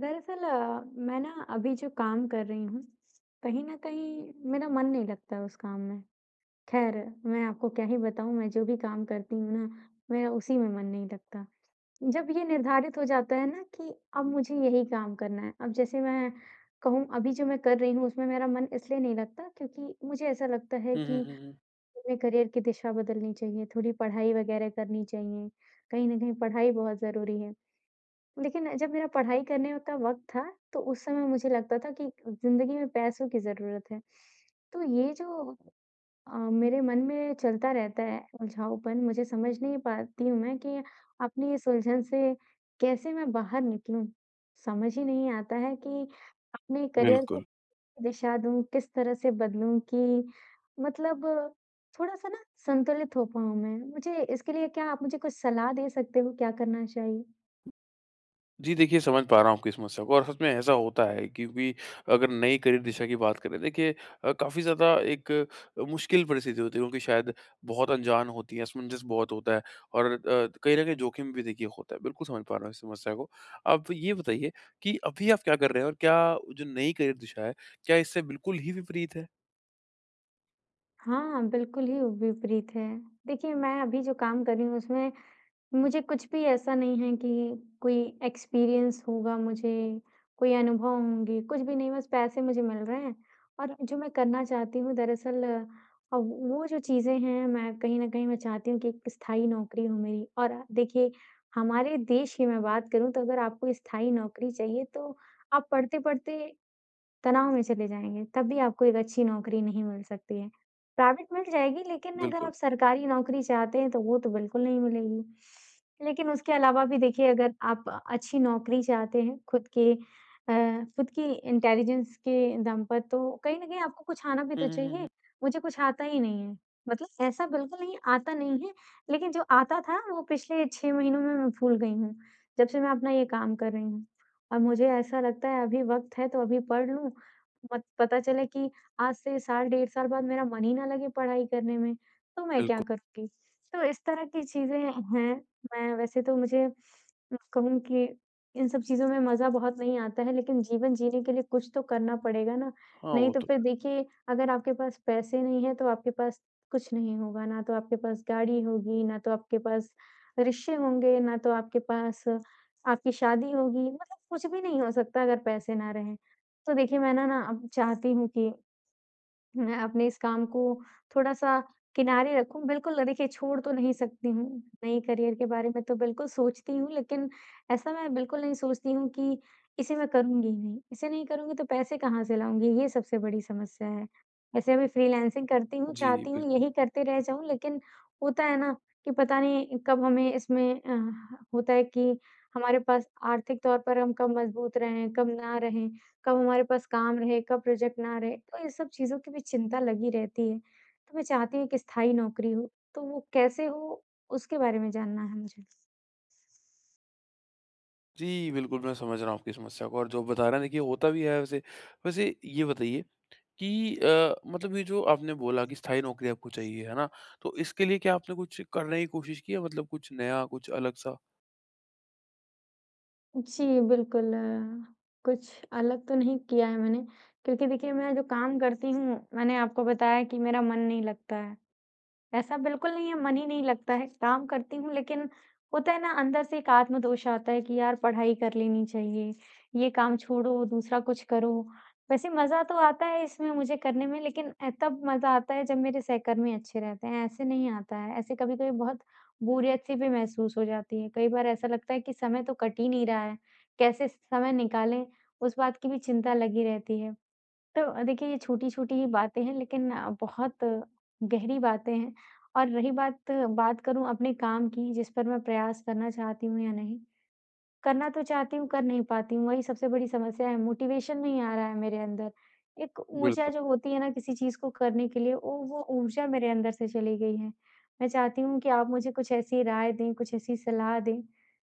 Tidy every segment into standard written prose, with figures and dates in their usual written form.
दरअसल मैं ना अभी जो काम कर रही हूँ कहीं ना कहीं मेरा मन नहीं लगता है उस काम में। खैर मैं आपको क्या ही बताऊँ मैं जो भी काम करती हूँ ना मेरा उसी में मन नहीं लगता। जब ये निर्धारित हो जाता है ना कि अब मुझे यही काम करना है। अब जैसे मैं कहूँ अभी जो मैं कर रही हूँ उसमें मेरा मन इसलिए नहीं लगता क्योंकि मुझे ऐसा लगता है हुँ, कि हुँ, हुँ, हुँ। अपने करियर की दिशा बदलनी चाहिए, थोड़ी पढ़ाई वगैरह करनी चाहिए। कहीं ना कहीं पढ़ाई बहुत ज़रूरी है। लेकिन जब मेरा पढ़ाई करने का वक़्त था, तो उस समय मुझे लगता था कि ज़िंदगी में पैसों की ज़रूरत है। तो ये जो मेरे मन में चलता रहता है उलझाऊपन, मुझे समझ नहीं पाती हूँ मैं कि अपनी इस उलझन से कैसे मैं बाहर निकलूँ? समझ ही नहीं आता है कि अपने करियर को बिल्कुल। दिशा दूँ, किस तरह से बदलूँ कि मतलब थोड़ा-सा ना संतुलित हो पाऊँ मैं। मुझे इसके लिए क्या आप मुझे कुछ सलाह दे सकते हो क्या करना चाहिए? जी, देखिए समझ पा रहा हूँ आपकी समस्या को और सच में ऐसा होता है क्योंकि अगर नई करियर दिशा की बात करें देखिए काफ़ी ज़्यादा एक मुश्किल परिस्थिति होती है क्योंकि शायद बहुत अनजान होती है, असमंजस बहुत होता है और कहीं न कहीं जोखिम भी देखिए होता है। बिल्कुल समझ पा रहा हूँ इस समस्या को। आप ये बताइए कि अभी आप क्या कर रहे हैं और क्या जो नई करियर दिशा है, क्या इससे बिल्कुल ही विपरीत है? हाँ, बिल्कुल ही विपरीत है। देखिए, मैं अभी जो काम कर रही हूँ, उसमें मुझे कुछ भी ऐसा नहीं है कि कोई एक्सपीरियंस होगा मुझे, कोई अनुभव होंगे, कुछ भी नहीं, बस पैसे मुझे मिल रहे हैं। और जो मैं करना चाहती हूँ दरअसल वो जो चीज़ें हैं, मैं कहीं न कहीं मैं चाहती हूँ कि एक स्थायी नौकरी हो मेरी। और देखिए, हमारे देश की मैं बात करूँ, तो अगर आपको स्थायी नौकरी चाहिए, तो आप पढ़ते-पढ़ते तनाव में चले जाएँगे, तब भी आपको एक अच्छी नौकरी नहीं मिल सकती है। प्राइवेट मिल जाएगी लेकिन अगर बिल्कुल। आप सरकारी नौकरी चाहते हैं तो वो तो बिल्कुल नहीं मिलेगी। लेकिन उसके अलावा भी देखिए अगर आप अच्छी नौकरी चाहते हैं खुद की इंटेलिजेंस के दम पर तो कहीं न कहीं आपको कुछ आना भी हुँ, तो हुँ, हुँ, हुँ। चाहिए। मुझे कुछ आता ही नहीं है। मतलब ऐसा बिल्कुल नहीं आता नहीं है, लेकिन जो आता था वो पिछले 6 महीनों में मैं भूल गई हूँ, जब से मैं अपना ये काम कर रही हूँ। अब मुझे ऐसा लगता है अभी वक़्त है तो अभी पढ़ लूँ मत पता चले कि आज से साल डेढ़ साल बाद मेरा मन ही ना लगे पढ़ाई करने में, तो मैं क्या बिल्कुल। करूँगी? तो इस तरह की चीज़ें हैं। मैं वैसे तो मुझे कहूँ कि इन सब चीज़ों में मज़ा बहुत नहीं आता है, लेकिन जीवन जीने के लिए कुछ तो करना पड़ेगा ना। हाँ, नहीं वो तो तो फिर है। देखिए अगर आपके पास पैसे नहीं हैं, तो आपके पास कुछ नहीं होगा। ना तो आपके पास गाड़ी होगी, ना तो आपके पास रिश्ते होंगे, ना तो आपके पास आपकी शादी होगी, मतलब कुछ भी नहीं हो सकता अगर पैसे ना रहें। तो देखिए मैं ना ना अब चाहती हूँ कि मैं अपने इस काम को थोड़ा-सा किनारे रखूँ। बिल्कुल देखिए छोड़ तो नहीं सकती हूँ, नई करियर के बारे में तो बिल्कुल सोचती हूँ लेकिन ऐसा मैं बिल्कुल नहीं सोचती हूँ कि इसे मैं करूँगी ही नहीं। इसे नहीं करूँगी तो पैसे कहाँ से लाऊँगी? ये सबसे बड़ी समस्या है। वैसे अभी फ्रीलांसिंग करती हूँ, जी, चाहती हूँ बिल्कुल। यही करते रह जाऊँ लेकिन होता है ना कि पता नहीं कब हमें इसमें होता है कि हमारे पास आर्थिक तौर पर हम कब मजबूत रहें, कब ना रहें। कब हमारे पास काम रहे, कब प्रोजेक्ट ना रहे, तो ये सब चीज़ों की भी चिंता लगी रहती है। तो मैं चाहती हूँ एक स्थायी नौकरी हो, तो वो कैसे हो, उसके बारे में जानना है मुझे। जी, बिल्कुल, मैं समझ रहा हूँ आपकी समस्या को और जो बता रहे हैं देखिए होता भी है वैसे। वैसे ये बताइए कि मतलब ये जो आपने बोला कि स्थायी नौकरी आपको चाहिए, है ना? तो इसके लिए क्या आपने कुछ करने की कोशिश की है मतलब कुछ नया, कुछ अलग-सा? जी, बिल्कुल। कुछ अलग तो नहीं किया है मैंने, क्योंकि देखिए मैं जो काम करती हूँ, मैंने आपको बताया कि मेरा मन नहीं लगता है। ऐसा बिल्कुल नहीं है, मन ही नहीं लगता है, काम करती हूँ लेकिन होता है ना अंदर से एक आत्मदोष आता है कि यार पढ़ाई कर लेनी चाहिए, ये काम छोड़ो, दूसरा कुछ करो। वैसे मज़ा तो आता है इसमें मुझे करने में लेकिन तब मज़ा आता है जब मेरे सहकर्मी अच्छे रहते हैं, ऐसे नहीं आता है। ऐसे कभी-कभी बहुत बोरियत सी भी महसूस हो जाती है। कई बार ऐसा लगता है कि समय तो कट ही नहीं रहा है, कैसे समय निकालें, उस बात की भी चिंता लगी रहती है। तो देखिए ये छोटी-छोटी ही बातें हैं लेकिन बहुत गहरी बातें हैं। और रही बात बात करूँ अपने काम की जिस पर मैं प्रयास करना चाहती हूँ या नहीं, करना तो चाहती हूँ, कर नहीं पाती हूँ, वही सबसे बड़ी समस्या है। मोटिवेशन नहीं आ रहा है मेरे अंदर। एक ऊर्जा बिल्कुल। जो होती है ना किसी चीज़ को करने के लिए वो ऊर्जा मेरे अंदर से चली गई है। मैं चाहती हूँ कि आप मुझे कुछ ऐसी राय दें, कुछ ऐसी सलाह दें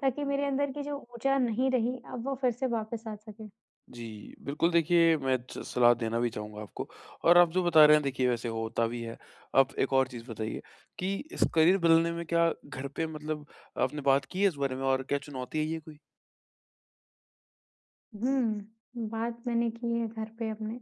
ताकि मेरे अंदर की जो ऊर्जा नहीं रही अब वो फिर से वापस आ सके। जी, बिल्कुल देखिए मैं च सलाह देना भी चाहूँगा आपको और आप जो बता रहे हैं देखिए वैसे होता भी है। आप एक और चीज़ बताइए कि इस करियर बदलने में क्या घर पे मतलब आपने बात की है इस बारे में और क्या चुनौती आई है ये कोई? हुँ, बात मैंने की है घर पे अपने।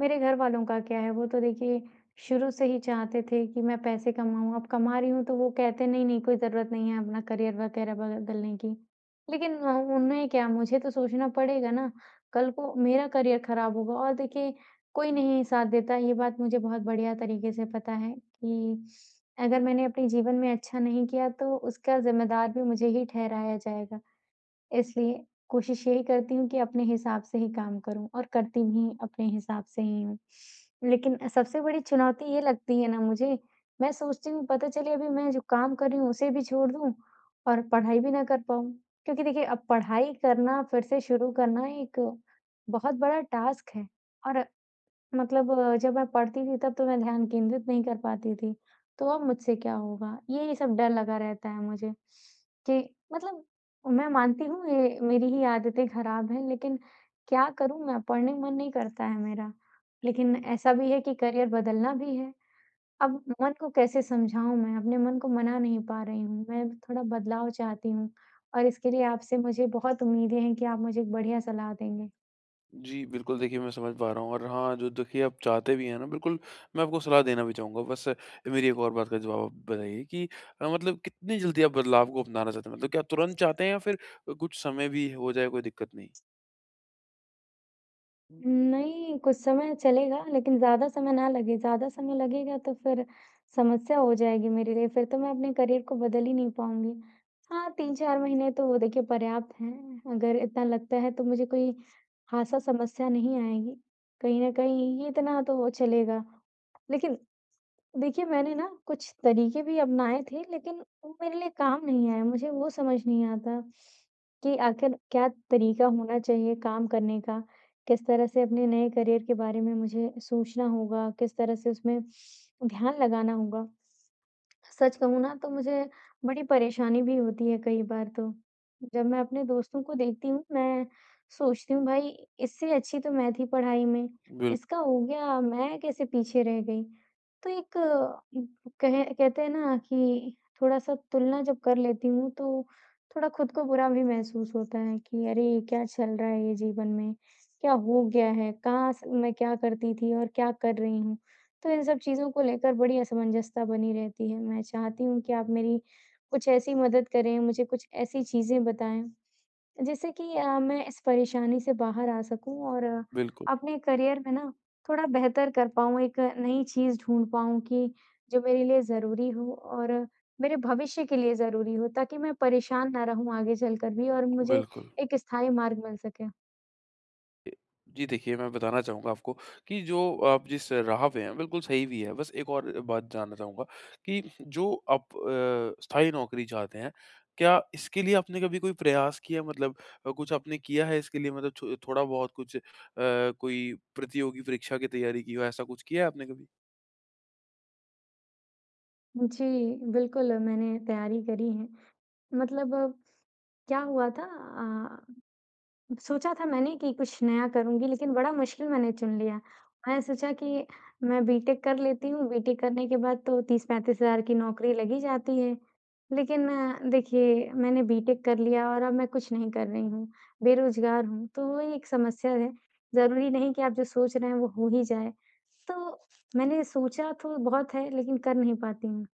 मेरे घरवालों का क्या है, वो तो देखिए शुरू से ही चाहते थे कि मैं पैसे कमाऊँ। अब कमा रही हूँ तो वो कहते नहीं, नहीं कोई ज़रूरत नहीं है अपना करियर वगैरह बदलने की। लेकिन उन्हें क्या मुझे तो सोचना पड़ेगा ना, कल को मेरा करियर ख़राब होगा और देखिए कोई नहीं साथ देता। ये बात मुझे बहुत बढ़िया तरीके से पता है कि अगर मैंने अपने जीवन में अच्छा नहीं किया तो उसका ज़िम्मेदार भी मुझे ही ठहराया जाएगा। इसलिए कोशिश यही करती हूँ कि अपने हिसाब से ही काम करूँ और करती भी अपने हिसाब से ही हूँ। लेकिन सबसे बड़ी चुनौती ये लगती है ना मुझे, मैं सोचती हूँ पता चले अभी मैं जो काम कर रही हूँ उसे भी छोड़ दूँ और पढ़ाई भी ना कर पाऊँ। क्योंकि देखिए अब पढ़ाई करना फिर से शुरू करना एक बहुत बड़ा टास्क है और मतलब जब मैं पढ़ती थी तब तो मैं ध्यान केंद्रित नहीं कर पाती थी, तो अब मुझसे क्या होगा? ये सब डर लगा रहता है मुझे कि मतलब मैं मानती हूँ ये मेरी ही आदतें खराब हैं लेकिन क्या करूँ मैं? पढ़ने मन नहीं करता है मेरा। लेकिन ऐसा भी है कि करियर बदलना भी है। अब मन को कैसे समझाऊँ मैं? अपने मन को मना नहीं पा रही हूँ। मैं थोड़ा बदलाव चाहती हूँ और इसके लिए आपसे मुझे बहुत उम्मीदें हैं कि आप मुझे एक बढ़िया सलाह देंगे। जी, बिल्कुल देखिए मैं समझ पा रहा हूँ और हाँ, जो देखिए आप चाहते भी हैं ना बिल्कुल मैं आपको सलाह देना भी चाहूँगा। बस मेरी एक और बात का जवाब आप बताइए कि मतलब कितनी जल्दी आप बदलाव को अपनाना चाहते हैं? मतलब क्या तुरंत चाहते हैं या फिर कुछ समय भी हो जाए कोई दिक्कत नहीं? नहीं, कुछ समय चलेगा लेकिन ज़्यादा समय ना लगे, ज़्यादा समय लगेगा तो फिर समस्या हो जाएगी मेरे लिए, फिर तो मैं अपने करियर को बदल ही नहीं पाऊँगी। हाँ, 3-4 महीने तो वो देखिए पर्याप्त हैं, अगर इतना लगता है तो मुझे कोई ख़ासा समस्या नहीं आएगी, कहीं न कहीं ये इतना तो वो चलेगा। लेकिन देखिए, मैंने ना कुछ तरीके भी अपनाए थे, लेकिन वो मेरे लिए काम नहीं आए। मुझे वो समझ नहीं आता कि आखिर क्या तरीका होना चाहिए काम करने का? किस तरह से अपने नए करियर के बारे में मुझे सोचना होगा? किस तरह से उसमें ध्यान लगाना होगा? सच कहूँ ना तो मुझे बड़ी परेशानी भी होती है कई बार तो। जब मैं अपने दोस्तों को देखती हूँ मैं सोचती हूँ भाई इससे अच्छी तो मैं थी पढ़ाई में, बिल्क इसका हो गया मैं कैसे पीछे रह गई। तो एक उम, कहे कहते हैं ना कि थोड़ा-सा तुलना जब कर लेती हूँ तो थोड़ा खुद को बुरा भी महसूस होता है कि अरे! ये क्या चल रहा है ये जीवन में? क्या हो गया है? कहाँ स मैं क्या करती थी और क्या कर रही हूँ? तो इन सब चीज़ों को लेकर बड़ी असमंजसता बनी रहती है। मैं चाहती हूँ कि आप मेरी कुछ ऐसी मदद करें, मुझे कुछ ऐसी चीज़ें बताएँ, जिससे कि मैं इस परेशानी से बाहर आ सकूँ और बिल्कुल, अपने करियर में ना थोड़ा बेहतर कर पाऊँ, एक नई चीज़ ढूँढ पाऊँ कि जो मेरे लिए ज़रूरी हो और मेरे भविष्य के लिए ज़रूरी हो, ताकि मैं परेशान ना रहूँ आगे चलकर भी और मुझे बिल्कुल। एक स्थायी मार्ग मिल सके। जी देखिए, मैं बताना चाहूँगा आपको कि जो आप जिस राह पे हैं, बिल्कुल सही भी है। बस एक और बात जानना चाहूँगा कि जो आप स्थायी नौकरी चाहते हैं, क्या इसके लिए आपने कभी कोई प्रयास किया मतलब कुछ आपने किया है इसके लिए मतलब छो थोड़ा-बहुत कुछ कोई प्रतियोगी परीक्षा की तैयारी की हो, ऐसा कुछ किया है आपने कभी? जी, बिल्कुल मैंने तैयारी करी है। मतलब क्या हुआ था अ सोचा था मैंने कि कुछ नया करूँगी, लेकिन बड़ा मुश्किल मैंने चुन लिया। मैंने सोचा कि मैं बीटेक कर लेती हूँ, बीटेक करने के बाद तो 30-35 हज़ार की नौकरी लग ही जाती है। लेकिन देखिए, मैंने बीटेक कर लिया और अब मैं कुछ नहीं कर रही हूँ, बेरोज़गार हूँ, तो वो एक समस्या है। ज़रूरी नहीं कि आप जो सोच रहे हैं, वो हो ही जाए। तो मैंने सोचा तो बहुत है, लेकिन कर नहीं पाती हूँ।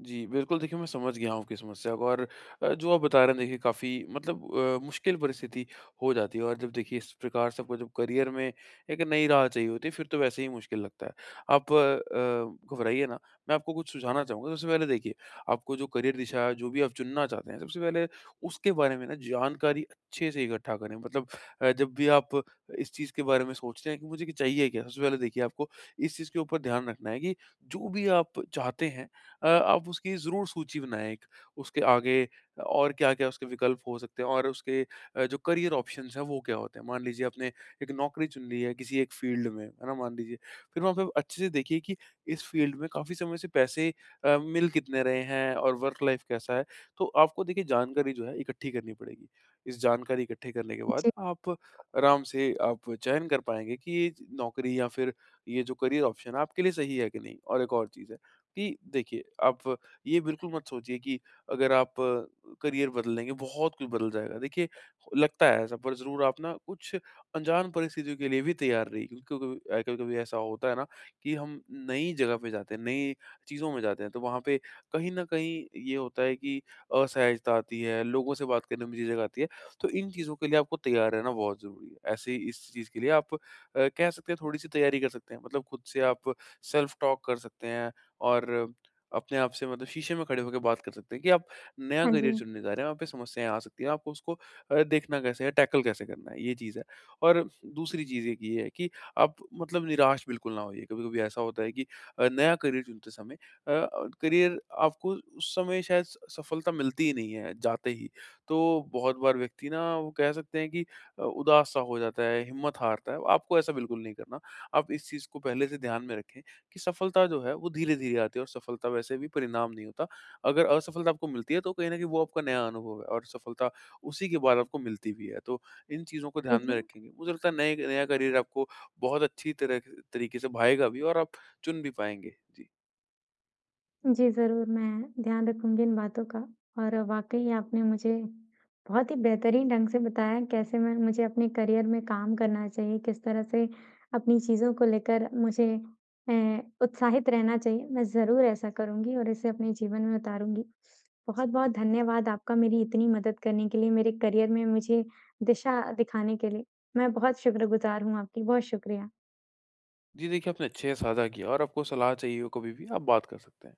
जी, बिल्कुल देखिए मैं समझ गया हूँ आपकी समस्या को और जो आप बता रहे हैं देखिए काफ़ी मतलब मुश्किल परिस्थिति हो जाती है और जब देखिए इस प्रकार से आपको जब करियर में एक नई राह चाहिए होती है फिर तो वैसे ही मुश्किल लगता है। आप घबराइए ना, मैं आपको कुछ सुझाना चाहूँगा। सबसे पहले देखिए, आपको जो करियर दिशा है, जो भी आप चुनना चाहते हैं, सबसे पहले उसके बारे में ना जानकारी अच्छे से इकट्ठा करें। मतलब जब भी आप इस चीज़ के बारे में सोचते हैं कि मुझे कि चाहिए क्या? सबसे पहले देखिए आपको इस चीज़ के ऊपर ध्यान रखना है कि जो भी आप चाहते हैं आप उसकी ज़रूर सूची बनाएँ एक, उसके आगे और क्या-क्या उसके विकल्प हो सकते हैं और उसके जो करियर ऑप्शंस हैं वो क्या होते हैं। मान लीजिए आपने एक नौकरी चुन ली है किसी एक फ़ील्ड में, है ना, मान लीजिए। फिर वहाँ पे अच्छे से देखिए कि इस फ़ील्ड में काफ़ी समय से पैसे मिल कितने रहे हैं और वर्क लाइफ़ कैसा है। तो आपको देखिए जानकारी जो है इकट्ठी करनी पड़ेगी। इस जानकारी इकट्ठे करने के बाद जी। आप आराम से आप चयन कर पाएँगे कि ये नौकरी या फिर ये जो करियर ऑप्शन है आपके लिए सही है कि नहीं। और एक और चीज़ है कि देखिए, आप ये बिल्कुल मत सोचिए कि अगर आप करियर बदल लेंगे, बहुत कुछ बदल जाएगा। देखिए, लगता है ऐसा पर ज़रूर आप ना कुछ अनजान परिस्थितियों के लिए भी तैयार रहिए क्योंकि कभी कभी-कभी ऐसा होता है ना कि हम नई जगह पे जाते हैं, नई चीज़ों में जाते हैं, तो वहाँ पे कहीं न कहीं ये होता है कि असहजता आती है, लोगों से बात करने में झिझक आती है, तो इन चीज़ों के लिए आपको तैयार रहना बहुत ज़रूरी है। ऐसे ही इस चीज़ के लिए आप कह सकते हैं थोड़ी-सी तैयारी कर सकते हैं, मतलब खुद से आप सेल्फ टॉक कर सकते हैं और अपने आप से मतलब शीशे में खड़े होकर बात कर सकते हैं कि आप नया हाँ जी, करियर चुनने जा रहे हैं, वहाँ पे समस्याएँ आ सकती हैं, आपको उसको देखना कैसे है, टैकल कैसे करना है, ये चीज़ है। और दूसरी चीज़ एक ये है कि आप मतलब निराश बिल्कुल ना होइए। कभी-कभी ऐसा होता है कि नया करियर चुनते समय अ, करियर आपको उस समय शायद स सफलता मिलती ही नहीं है, जाते ही। तो बहुत बार व्यक्ति ना वो कह सकते हैं कि उदास-सा हो जाता है, हिम्मत हारता है, आपको ऐसा बिल्कुल नहीं करना। आप इस चीज़ को पहले से ध्यान में रखें कि सफलता जो है वो धीरे-धीरे आती है और सफलता वैसे भी परिणाम नहीं होता। अगर असफलता आपको मिलती है तो कहीं न कहीं वो आपका नया अनुभव है और सफलता उसी के बाद आपको मिलती भी है। तो इन चीज़ों को ध्यान ठीक में है। रखेंगे। मुझे लगता है नए नया करियर आपको बहुत अच्छी तरह तरीके से भाएगा भी और आप चुन भी पाएँगे। जी। जी, ज़रूर, मैं ध्यान रखूँगी इन बातों का और वाक़ई आपने मुझे बहुत ही बेहतरीन ढंग से बताया कैसे मैं मुझे अपने करियर में काम करना चाहिए, किस तरह से अपनी चीज़ों को लेकर मुझे उत्साहित रहना चाहिए। मैं ज़रूर ऐसा करूँगी और इसे अपने जीवन में उतारूँगी। बहुत-बहुत धन्यवाद आपका मेरी इतनी मदद करने के लिए, मेरे करियर में मुझे दिशा दिखाने के लिए। मैं बहुत शुक्रगुज़ार हूँ आपकी, बहुत शुक्रिया। जी देखिए आपने अच्छे से साझा किया और आपको सलाह चाहिए हो कभी भी आप बात कर सकते हैं।